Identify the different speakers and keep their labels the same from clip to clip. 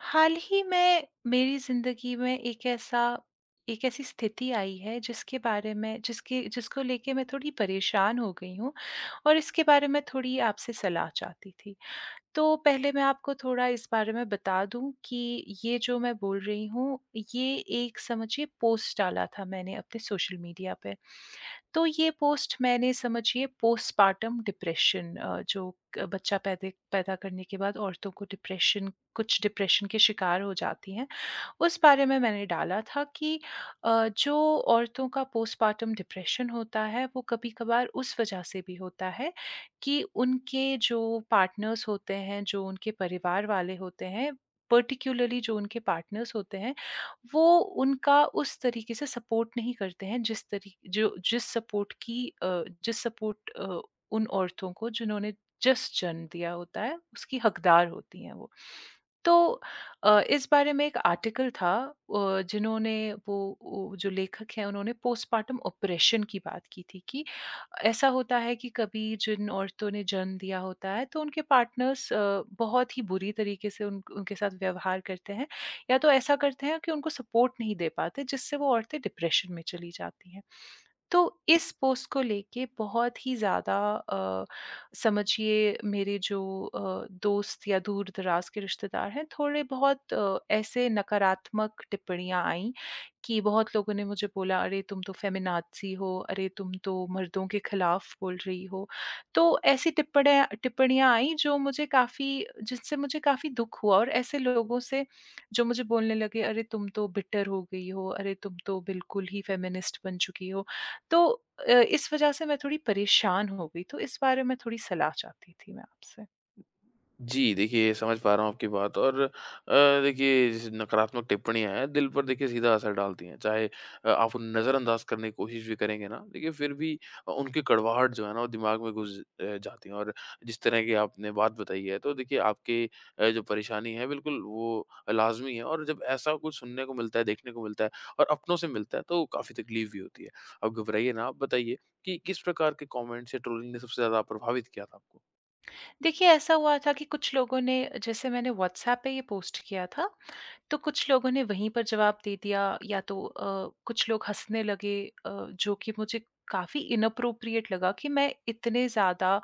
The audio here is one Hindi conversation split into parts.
Speaker 1: हाल ही में मेरी ज़िंदगी में एक ऐसी स्थिति आई है जिसके बारे में जिसके जिसको लेके मैं थोड़ी परेशान हो गई हूँ और इसके बारे में थोड़ी आपसे सलाह चाहती थी। तो पहले मैं आपको थोड़ा इस बारे में बता दूँ कि ये जो मैं बोल रही हूँ, ये एक समझिए पोस्ट डाला था मैंने अपने सोशल मीडिया पे। तो ये पोस्ट मैंने समझिए पोस्टपार्टम डिप्रेशन, जो क बच्चा पैदे पैदा करने के बाद औरतों को डिप्रेशन के शिकार हो जाती हैं। उस बारे में मैंने डाला था कि जो औरतों का पोस्टपार्टम डिप्रेशन होता है वो कभी-कभार उस वजह से भी होता है कि उनके जो पार्टनर्स होते हैं, जो उनके परिवार वाले होते हैं, पर्टिकुलरली जो उनके पार्टनर्स होते हैं, वो उनका उस तरीके से सपोर्ट नहीं करते हैं जिस तरी जो जिस सपोर्ट उन औरतों को जिन्होंने जस्ट जन्म दिया होता है उसकी हकदार होती हैं वो। तो इस बारे में एक आर्टिकल था, अ, जिन्होंने वो वो जो लेखक हैं उन्होंने पोस्टपार्टम ऑपरेशन की बात की थी कि ऐसा होता है कि कभी जिन औरतों ने जन्म दिया होता है तो उनके पार्टनर्स बहुत ही बुरी तरीके से उन उनके साथ व्यवहार करते हैं या तो ऐसा करते हैं कि उनको सपोर्ट नहीं दे पाते जिससे वो औरतें डिप्रेशन में चली जाती हैं। तो इस पोस्ट को लेके बहुत ही ज़्यादा समझिए मेरे जो दोस्त या दूर-दराज़ के रिश्तेदार हैं, थोड़े बहुत ऐसे नकारात्मक टिप्पणियाँ आईं कि बहुत लोगों ने मुझे बोला, "अरे! तुम तो फ़ेमिनाज़ी हो, अरे! तुम तो मर्दों के खिलाफ़ बोल रही हो।" तो ऐसी टिप्पणियाँ टिप्पणियाँ आईं जो मुझे काफ़ी जिससे मुझे काफ़ी दुःख हुआ, और ऐसे लोगों से जो मुझे बोलने लगे, "अरे! तुम तो बिटर हो गई हो, अरे! तुम तो बिल्कुल ही फ़ेमिनिस्ट बन चुकी हो।" तो इस वजह से मैं थोड़ी परेशान हो गई, तो इस बारे में थोड़ी सलाह चाहती थी मैं आपसे।
Speaker 2: जी, देखिए समझ पा रहा हूँ आपकी बात और देखिए जैसे नकारात्मक टिप्पणियाँ हैं, दिल पर देखिए सीधा असर डालती हैं। चाहे आप उन्हें नज़रअंदाज करने की कोशिश भी करेंगे ना, देखिए फिर भी उनकी कड़वाहट जो है ना वो दिमाग में घुस जाती है और जिस तरह की आपने बात बताई है तो देखिए आपकी जो परेशानी है बिल्कुल वो लाज़मी है और जब ऐसा कुछ सुनने को मिलता है, देखने को मिलता है और अपनों से मिलता है तो काफ़ी तकलीफ़ भी होती है। आप घबराइए ना, आप बताइए कि किस प्रकार के कमेंट्स या ट्रोलिंग ने सबसे ज़्यादा प्रभावित किया था आपको?
Speaker 1: देखिए ऐसा हुआ था कि कुछ लोगों ने, जैसे मैंने व्हाट्सऐप पे ये पोस्ट किया था, तो कुछ लोगों ने वहीं पर जवाब दे दिया, या तो कुछ लोग हँसने लगे, जो कि मुझे काफ़ी इनअप्रोप्रिएट लगा कि मैं इतने ज़्यादा,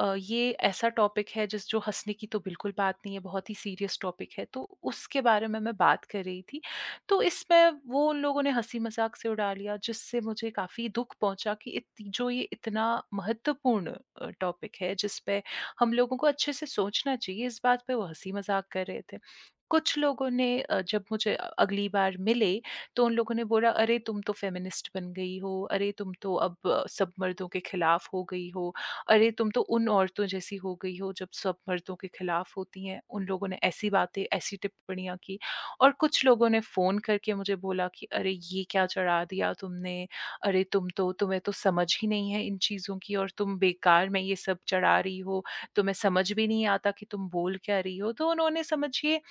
Speaker 1: ये ऐसा टॉपिक है जिस जो हँसने की तो बिल्कुल बात नहीं है, बहुत ही सीरियस टॉपिक है, तो उसके बारे में मैं बात कर रही थी। तो इसमें वो उन लोगों ने हँसी-मज़ाक से उड़ा लिया जिससे मुझे काफ़ी दुःख पहुँचा कि इत जो ये इतना महत्वपूर्ण टॉपिक है जिस पे हम लोगों को अच्छे से सोचना चाहिए, इस बात पे वो हँसी-मज़ाक कर रहे थे। कुछ लोगों ने, जब मुझे अगली बार मिले तो उन लोगों ने बोला, अरे तुम तो फेमिनिस्ट बन गई हो, अरे तुम तो अब सब मर्दों के खिलाफ हो गई हो, अरे तुम तो उन औरतों जैसी हो गई हो जब सब मर्दों के खिलाफ होती हैं। उन लोगों ने ऐसी बातें, ऐसी टिप्पणियां की। और कुछ लोगों ने फोन करके मुझे बोला कि अरे ये क्या चढ़ा दिया तुमने, अरे तुम्हें तो समझ ही नहीं है इन चीज़ों की, और तुम बेकार में ये सब चढ़ा रही हो, तुम्हें समझ भी नहीं आता कि तुम बोल क्या रही हो। तो उन्होंने समझिए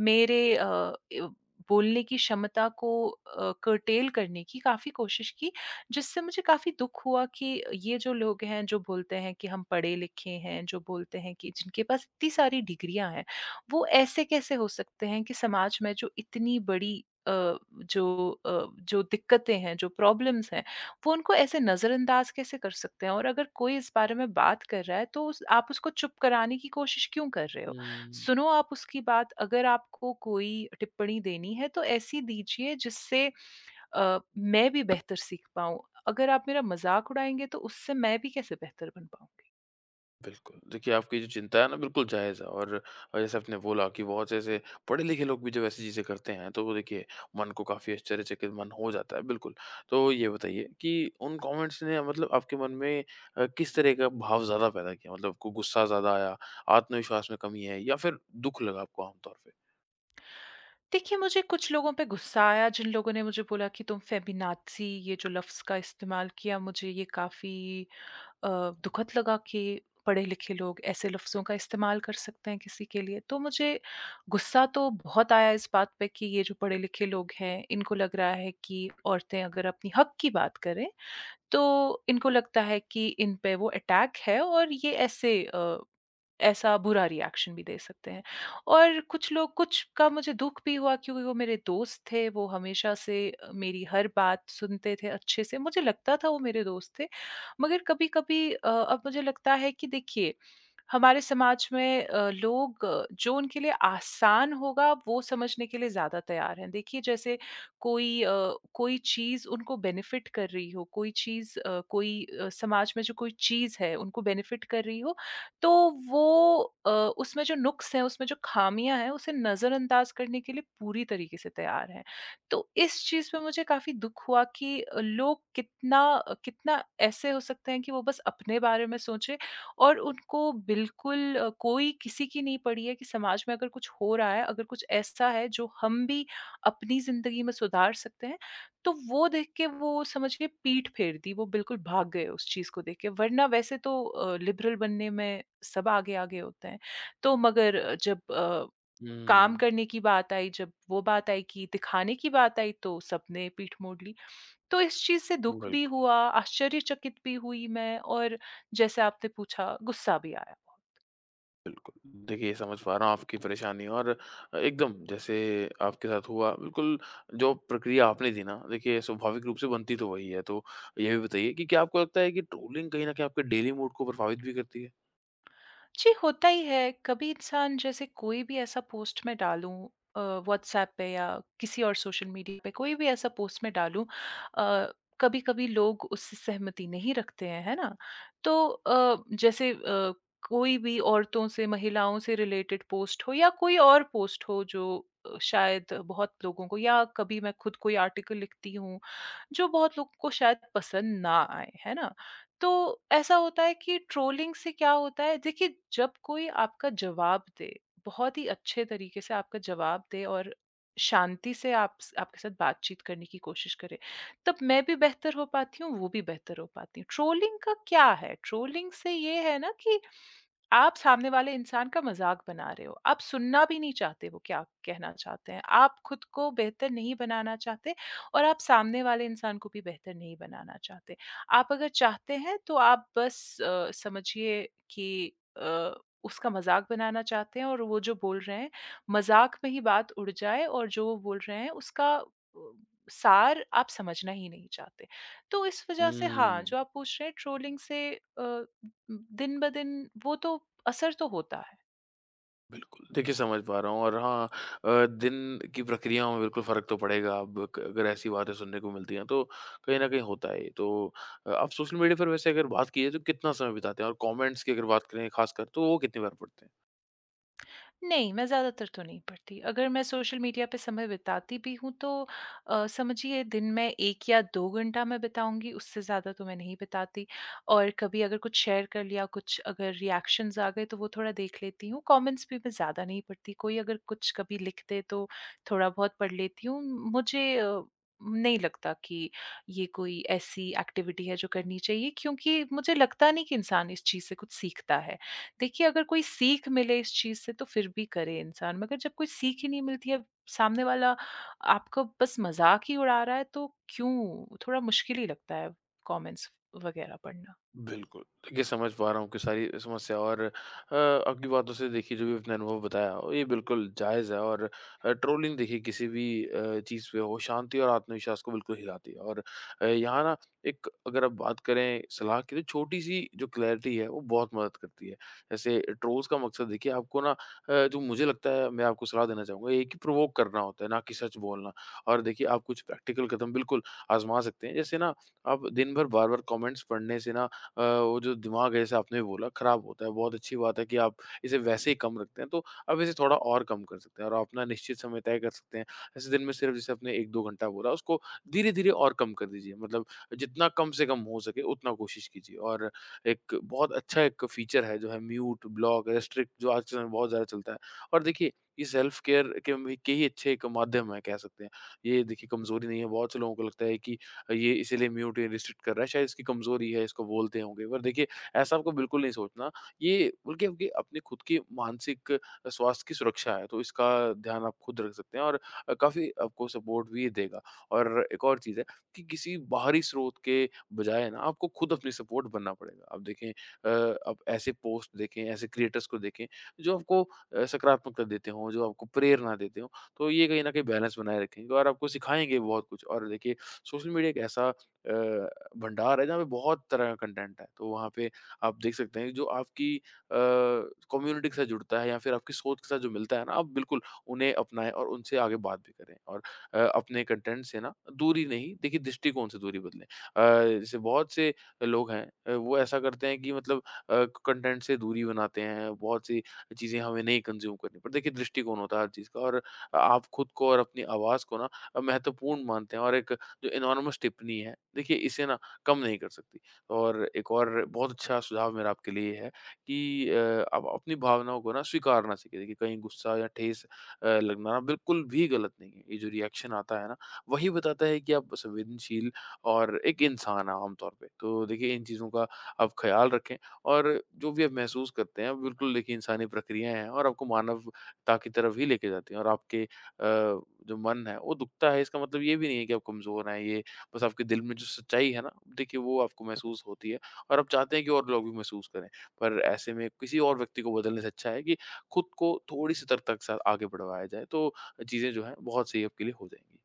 Speaker 1: मेरे अ, ए बोलने की क्षमता को curtail करने की काफ़ी कोशिश की, जिससे मुझे काफ़ी दुःख हुआ कि ये जो लोग हैं, जो बोलते हैं कि हम पढ़े-लिखे हैं, जो बोलते हैं कि जिनके पास इतनी सारी डिग्रियाँ हैं, वो ऐसे कैसे हो सकते हैं कि समाज में जो इतनी बड़ी अ, जो दिक्कतें हैं, जो प्रॉब्लम्स हैं, वो उनको ऐसे नज़रअंदाज कैसे कर सकते हैं? और अगर कोई इस बारे में बात कर रहा है, तो उस आप उसको चुप कराने की कोशिश क्यों कर रहे हो?
Speaker 2: हुँ।
Speaker 1: सुनो आप उसकी बात, अगर आपको कोई टिप्पणी देनी है तो ऐसी दीजिए जिससे मैं भी बेहतर सीख पाऊँ। अगर आप मेरा मज़ाक उड़ाएँगे तो उससे मैं भी कैसे बेहतर बन पाऊँगी?
Speaker 2: बिल्कुल। देखिए, आपकी जो चिंता है ना बिल्कुल जायज़ है और जैसे आपने बोला कि बहुत से ऐसे पढ़े-लिखे लोग भी जब ऐसी चीज़ें करते हैं तो वो देखिए मन को काफ़ी आश्चर्यचकित मन हो जाता है, बिल्कुल। तो ये बताइए कि उन कमेंट्स ने मतलब आपके मन में किस तरह का भाव ज़्यादा पैदा किया? मतलब आपको गुस्सा ज़्यादा आया, आत्मविश्वास में कमी है या फिर दुःख लगा आपको आम तौर पे?
Speaker 1: देखिए, मुझे कुछ लोगों पे गुस्सा आया, जिन लोगों ने मुझे बोला कि तुम फेमिनाज़ी, ये जो लफ़्ज़ का इस्तेमाल किया, मुझे ये काफ़ी अ, दुखद लगा कि पढ़े-लिखे लोग ऐसे लफ़्ज़ों का इस्तेमाल कर सकते हैं किसी के लिए। तो मुझे गुस्सा तो बहुत आया इस बात पे कि ये जो पढ़े-लिखे लोग हैं, इनको लग रहा है कि औरतें अगर अपनी हक की बात करें तो इनको लगता है कि इन पे वो अटैक है, और ये ऐसा बुरा रिएक्शन भी दे सकते हैं। और कुछ का मुझे दुःख भी हुआ क्योंकि वो मेरे दोस्त थे, वो हमेशा से मेरी हर बात सुनते थे अच्छे से, मुझे लगता था वो मेरे दोस्त थे। मगर कभी-कभी अब मुझे लगता है कि देखिए, हमारे समाज में लोग जो उनके लिए आसान होगा, वो समझने के लिए ज़्यादा तैयार हैं। देखिए जैसे कोई अ, कोई चीज़ उनको बेनिफिट कर रही हो, कोई चीज़ अ, कोई अ, समाज में जो कोई चीज़ है उनको बेनिफिट कर रही हो, तो वो अ, उसमें जो नुक्स हैं, उसमें जो खामियाँ हैं, उसे नज़रअंदाज करने के लिए पूरी तरीके से तैयार हैं। तो इस चीज़ पे मुझे काफ़ी दुःख हुआ कि लोग कितना ऐसे हो सकते हैं कि वो बस अपने बारे में सोचें, और उनको बिल्कुल, कोई किसी की नहीं पड़ी है कि समाज में अगर कुछ हो रहा है, अगर कुछ ऐसा है जो हम भी अपनी ज़िंदगी में सुधार सकते हैं, तो वो देख के वो समझिए पीठ फेर दी, वो बिल्कुल भाग गए उस चीज़ को देख के। वरना वैसे तो लिबरल बनने में सब आगे-आगे होते हैं। तो मगर जब काम
Speaker 2: हुँ,
Speaker 1: करने की बात आई, जब वो बात आई कि दिखाने की बात आई, तो सबने पीठ मोड़ ली। तो इस चीज़ से दुःख भी
Speaker 2: बिल्कुल।
Speaker 1: हुआ, आश्चर्यचकित भी हुई मैं, और जैसे आपने पूछा, गुस्सा भी आया।
Speaker 2: देखिए, समझ पा रहा हूँ आपकी परेशानी और एकदम जैसे आपके साथ हुआ, बिल्कुल जो प्रक्रिया आपने दी ना, देखिए स्वाभाविक रूप से बनती तो वही है। तो ये भी बताइए कि क्या आपको लगता है कि ट्रोलिंग कहीं न कहीं आपके डेली मूड को प्रभावित भी करती है?
Speaker 1: जी, होता ही है। कभी इंसान, जैसे कोई भी ऐसा पोस्ट मैं डालूँ अ, व्हाट्सऐप पे या किसी और सोशल मीडिया पे कोई भी ऐसा पोस्ट मैं डालूँ, अ, कभी-कभी लोग उससे सहमति नहीं रखते हैं, है ना? तो कोई भी औरतों से, महिलाओं से रिलेटेड पोस्ट हो, या कोई और पोस्ट हो जो शायद बहुत लोगों को, या कभी मैं खुद कोई आर्टिकल लिखती हूँ जो बहुत लोग को शायद पसंद ना आए, है ना? तो ऐसा होता है कि ट्रोलिंग से क्या होता है, देखिए जब कोई आपका जवाब दे, बहुत ही अच्छे तरीके से आपका जवाब दे और शांति से आप स आपके साथ बातचीत करने की कोशिश करे, तब मैं भी बेहतर हो पाती हूँ, वो भी बेहतर हो पाती है। ट्रोलिंग का क्या है? ट्रोलिंग से ये है ना कि आप सामने वाले इंसान का मज़ाक बना रहे हो। आप सुनना भी नहीं चाहते वो क्या कहना चाहते हैं। आप खुद को बेहतर नहीं बनाना चाहते, और आप सामने वाले इंसान को भी बेहतर नहीं बनाना चाहते। आप अगर चाहते हैं तो आप बस समझिए कि उसका मज़ाक बनाना चाहते हैं, और वो जो बोल रहे हैं, मज़ाक में ही बात उड़ जाए, और जो वो बोल रहे हैं उसका सार आप समझना ही नहीं चाहते। तो इस वज़ह से, हाँ,
Speaker 2: हुँ।
Speaker 1: जो आप पूछ रहे हैं, ट्रोलिंग से अ दिन ब दिन वो तो असर तो होता है।
Speaker 2: देखिए, समझ पा रहा हूँ और हाँ दिन की प्रक्रियाओं में बिल्कुल फ़र्क तो पड़ेगा। अब क अगर ऐसी बातें सुनने को मिलती हैं, तो कहीं न कहीं होता है ये। तो आप सोशल मीडिया पर वैसे अगर बात की जाए, तो कितना समय बिताते हैं? और कमेंट्स की अगर बात करें खासकर, तो वो कितनी बार पढ़ते हैं?
Speaker 1: नहीं, मैं ज़्यादातर तो नहीं पढ़ती। अगर मैं सोशल मीडिया पे समय बिताती भी हूँ तो समझिए दिन में 1 या 2 घंटा मैं बिताऊँगी, उससे ज़्यादा तो मैं नहीं बिताती। और कभी अगर कुछ शेयर कर लिया, कुछ अगर रिएक्शंस आ गए तो वो थोड़ा देख लेती हूँ। कमेंट्स भी मैं ज़्यादा नहीं पढ़ती, कोई अगर कुछ कभी लिख दे तो थोड़ा बहुत पढ़ लेती हूँ। मुझे नहीं लगता कि ये कोई ऐसी एक्टिविटी है जो करनी चाहिए, क्योंकि मुझे लगता नहीं कि इंसान इस चीज़ से कुछ सीखता है। देखिए अगर कोई सीख मिले इस चीज़ से तो फिर भी करे इंसान, मगर जब कोई सीख ही नहीं मिलती है, सामने वाला आपका बस मज़ाक ही उड़ा रहा है, तो क्यों? थोड़ा मुश्किल ही लगता है कमेंट्स वगैरह पढ़ना।
Speaker 2: बिल्कुल। देखिए, समझ पा रहा हूँ कि सारी समस्या और आपकी बातों से देखिए जो भी आपने अनुभव बताया और ये बिल्कुल जायज़ है और ट्रोलिंग देखिए किसी भी चीज़ पे हो शांति और आत्मविश्वास को बिल्कुल हिलाती है और यहाँ ना एक अगर आप बात करें सलाह की तो छोटी-सी जो क्लैरिटी है वो बहुत मदद करती है। जैसे ट्रोल्स का मकसद देखिए आपको ना जो मुझे लगता है मैं आपको सलाह देना चाहूँगा ये है कि प्रोवोक करना होता है ना कि सच बोलना और देखिए आप कुछ प्रैक्टिकल कदम बिल्कुल आज़मा सकते हैं। जैसे ना आप दिन भर बार-बार कमेंट्स पढ़ने से ना वो जो दिमाग है जैसे आपने भी बोला खराब होता है। बहुत अच्छी बात है कि आप इसे वैसे ही कम रखते हैं, तो आप इसे थोड़ा और कम कर सकते हैं और अपना निश्चित समय तय कर सकते हैं। जैसे दिन में सिर्फ जैसे आपने 1-2 घंटा बोला उसको धीरे-धीरे और कम कर दीजिए। मतलब जितना कम से कम हो सके उतना कोशिश कीजिए और एक बहुत अच्छा एक फीचर है जो है म्यूट, ब्लॉक, रेस्ट्रिक्ट जो आज के समय में बहुत ज़्यादा चलता है। और देखिए ये सेल्फ केयर के भी के ही अच्छे एक माध्यम है कह सकते हैं। ये देखिए कमज़ोरी नहीं है, बहुत से लोगों को लगता है कि ये इसीलिए म्यूट या रिस्ट्रिक्ट कर रहा है, शायद इसकी कमज़ोरी है, इसको बोलते होंगे। पर देखिए, ऐसा आपको बिल्कुल नहीं सोचना। ये बल्कि आपकी अपने खुद की मानसिक स्वास्थ्य की सुरक्षा है, तो इसका ध्यान आप खुद रख सकते हैं और काफ़ी आपको सपोर्ट भी ये देगा। और एक और चीज़ है कि किसी बाहरी स्रोत के बजाय ना आपको खुद अपनी सपोर्ट बनना पड़ेगा। आप देखें आप ऐसे पोस्ट देखें, ऐसे क्रिएटर्स को देखें, जो आपको सकारात्मकता देते हों, जो आपको प्रेरणा देते हों, तो ये कहीं न कहीं बैलेंस बनाए रखेंगे और आपको सिखाएँगे बहुत कुछ। और देखिए सोशल मीडिया एक ऐसा अ, भंडार है जहाँ पे बहुत तरह का कंटेंट है। तो वहाँ पे आप देख सकते हैं जो आपकी कम्युनिटी के साथ जुड़ता है या फिर आपकी सोच के साथ जो मिलता है ना, आप बिल्कुल उन्हें अपनाएँ और उनसे आगे बात भी करें और अपने कंटेंट से ना दूरी नहीं देखिए दृष्टिकोण से दूरी बदलें। जैसे बहुत से लोग हैं वो ऐसा करते हैं कि मतलब कंटेंट से दूरी बनाते हैं, बहुत सी चीज़ें हमें नहीं कंज़्यूम करनी पर देखिए दृष्टिकोण होता है हर चीज़ का और आप खुद को और अपनी आवाज़ को ना महत्वपूर्ण मानते हैं और एक जो एनॉर्मस टिप्पणी है, देखिए इसे ना कम नहीं कर सकती। और एक और बहुत अच्छा सुझाव मेरा आपके लिए ये है कि आप अपनी भावनाओं को ना स्वीकार ना सीखें। देखिए कहीं गुस्सा या ठेस लगना ना बिल्कुल भी गलत नहीं है। ये जो रिएक्शन आता है ना, वही बताता है कि आप संवेदनशील और एक इंसान हैं आम तौर पे। तो देखिए इन चीज़ों का आप ख़्याल रखें और जो भी आप महसूस करते हैं, बिल्कुल देखिए इंसानी प्रक्रियाएँ हैं और आपको मानवता की तरफ ही लेके जाती हैं और आपके अ, जो मन है वो दुखता है, इसका मतलब ये भी नहीं है कि आप कमज़ोर हैं। ये बस आपके दिल में जो सच्चाई है ना, देखिए वो आपको महसूस होती है और आप चाहते हैं कि और लोग भी महसूस करें। पर ऐसे में किसी और व्यक्ति को बदलने से अच्छा है कि खुद को थोड़ी सतर्कता के साथ आगे बढ़वाया जाए, तो चीज़ें जो हैं बहुत सही आपके लिए हो जाएँगी।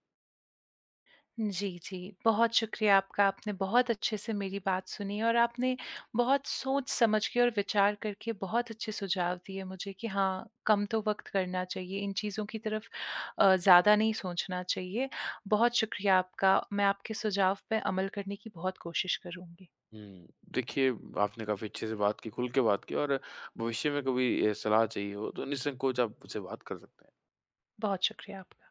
Speaker 1: जी, जी। बहुत शुक्रिया आपका, आपने बहुत अच्छे से मेरी बात सुनी और आपने बहुत सोच-समझ के और विचार करके बहुत अच्छे सुझाव दिए मुझे कि हाँ, कम तो वक़्त करना चाहिए, इन चीज़ों की तरफ ज़्यादा नहीं सोचना चाहिए। बहुत शुक्रिया आपका, मैं आपके सुझाव पे अमल करने की बहुत कोशिश करूँगी।
Speaker 2: हुँ। देखिए, आपने काफ़ी अच्छे से बात की, खुल के बात की और भविष्य में कभी सलाह चाहिए हो तो निसंकोच आप मुझसे बात कर सकते हैं।
Speaker 1: बहुत शुक्रिया आपका।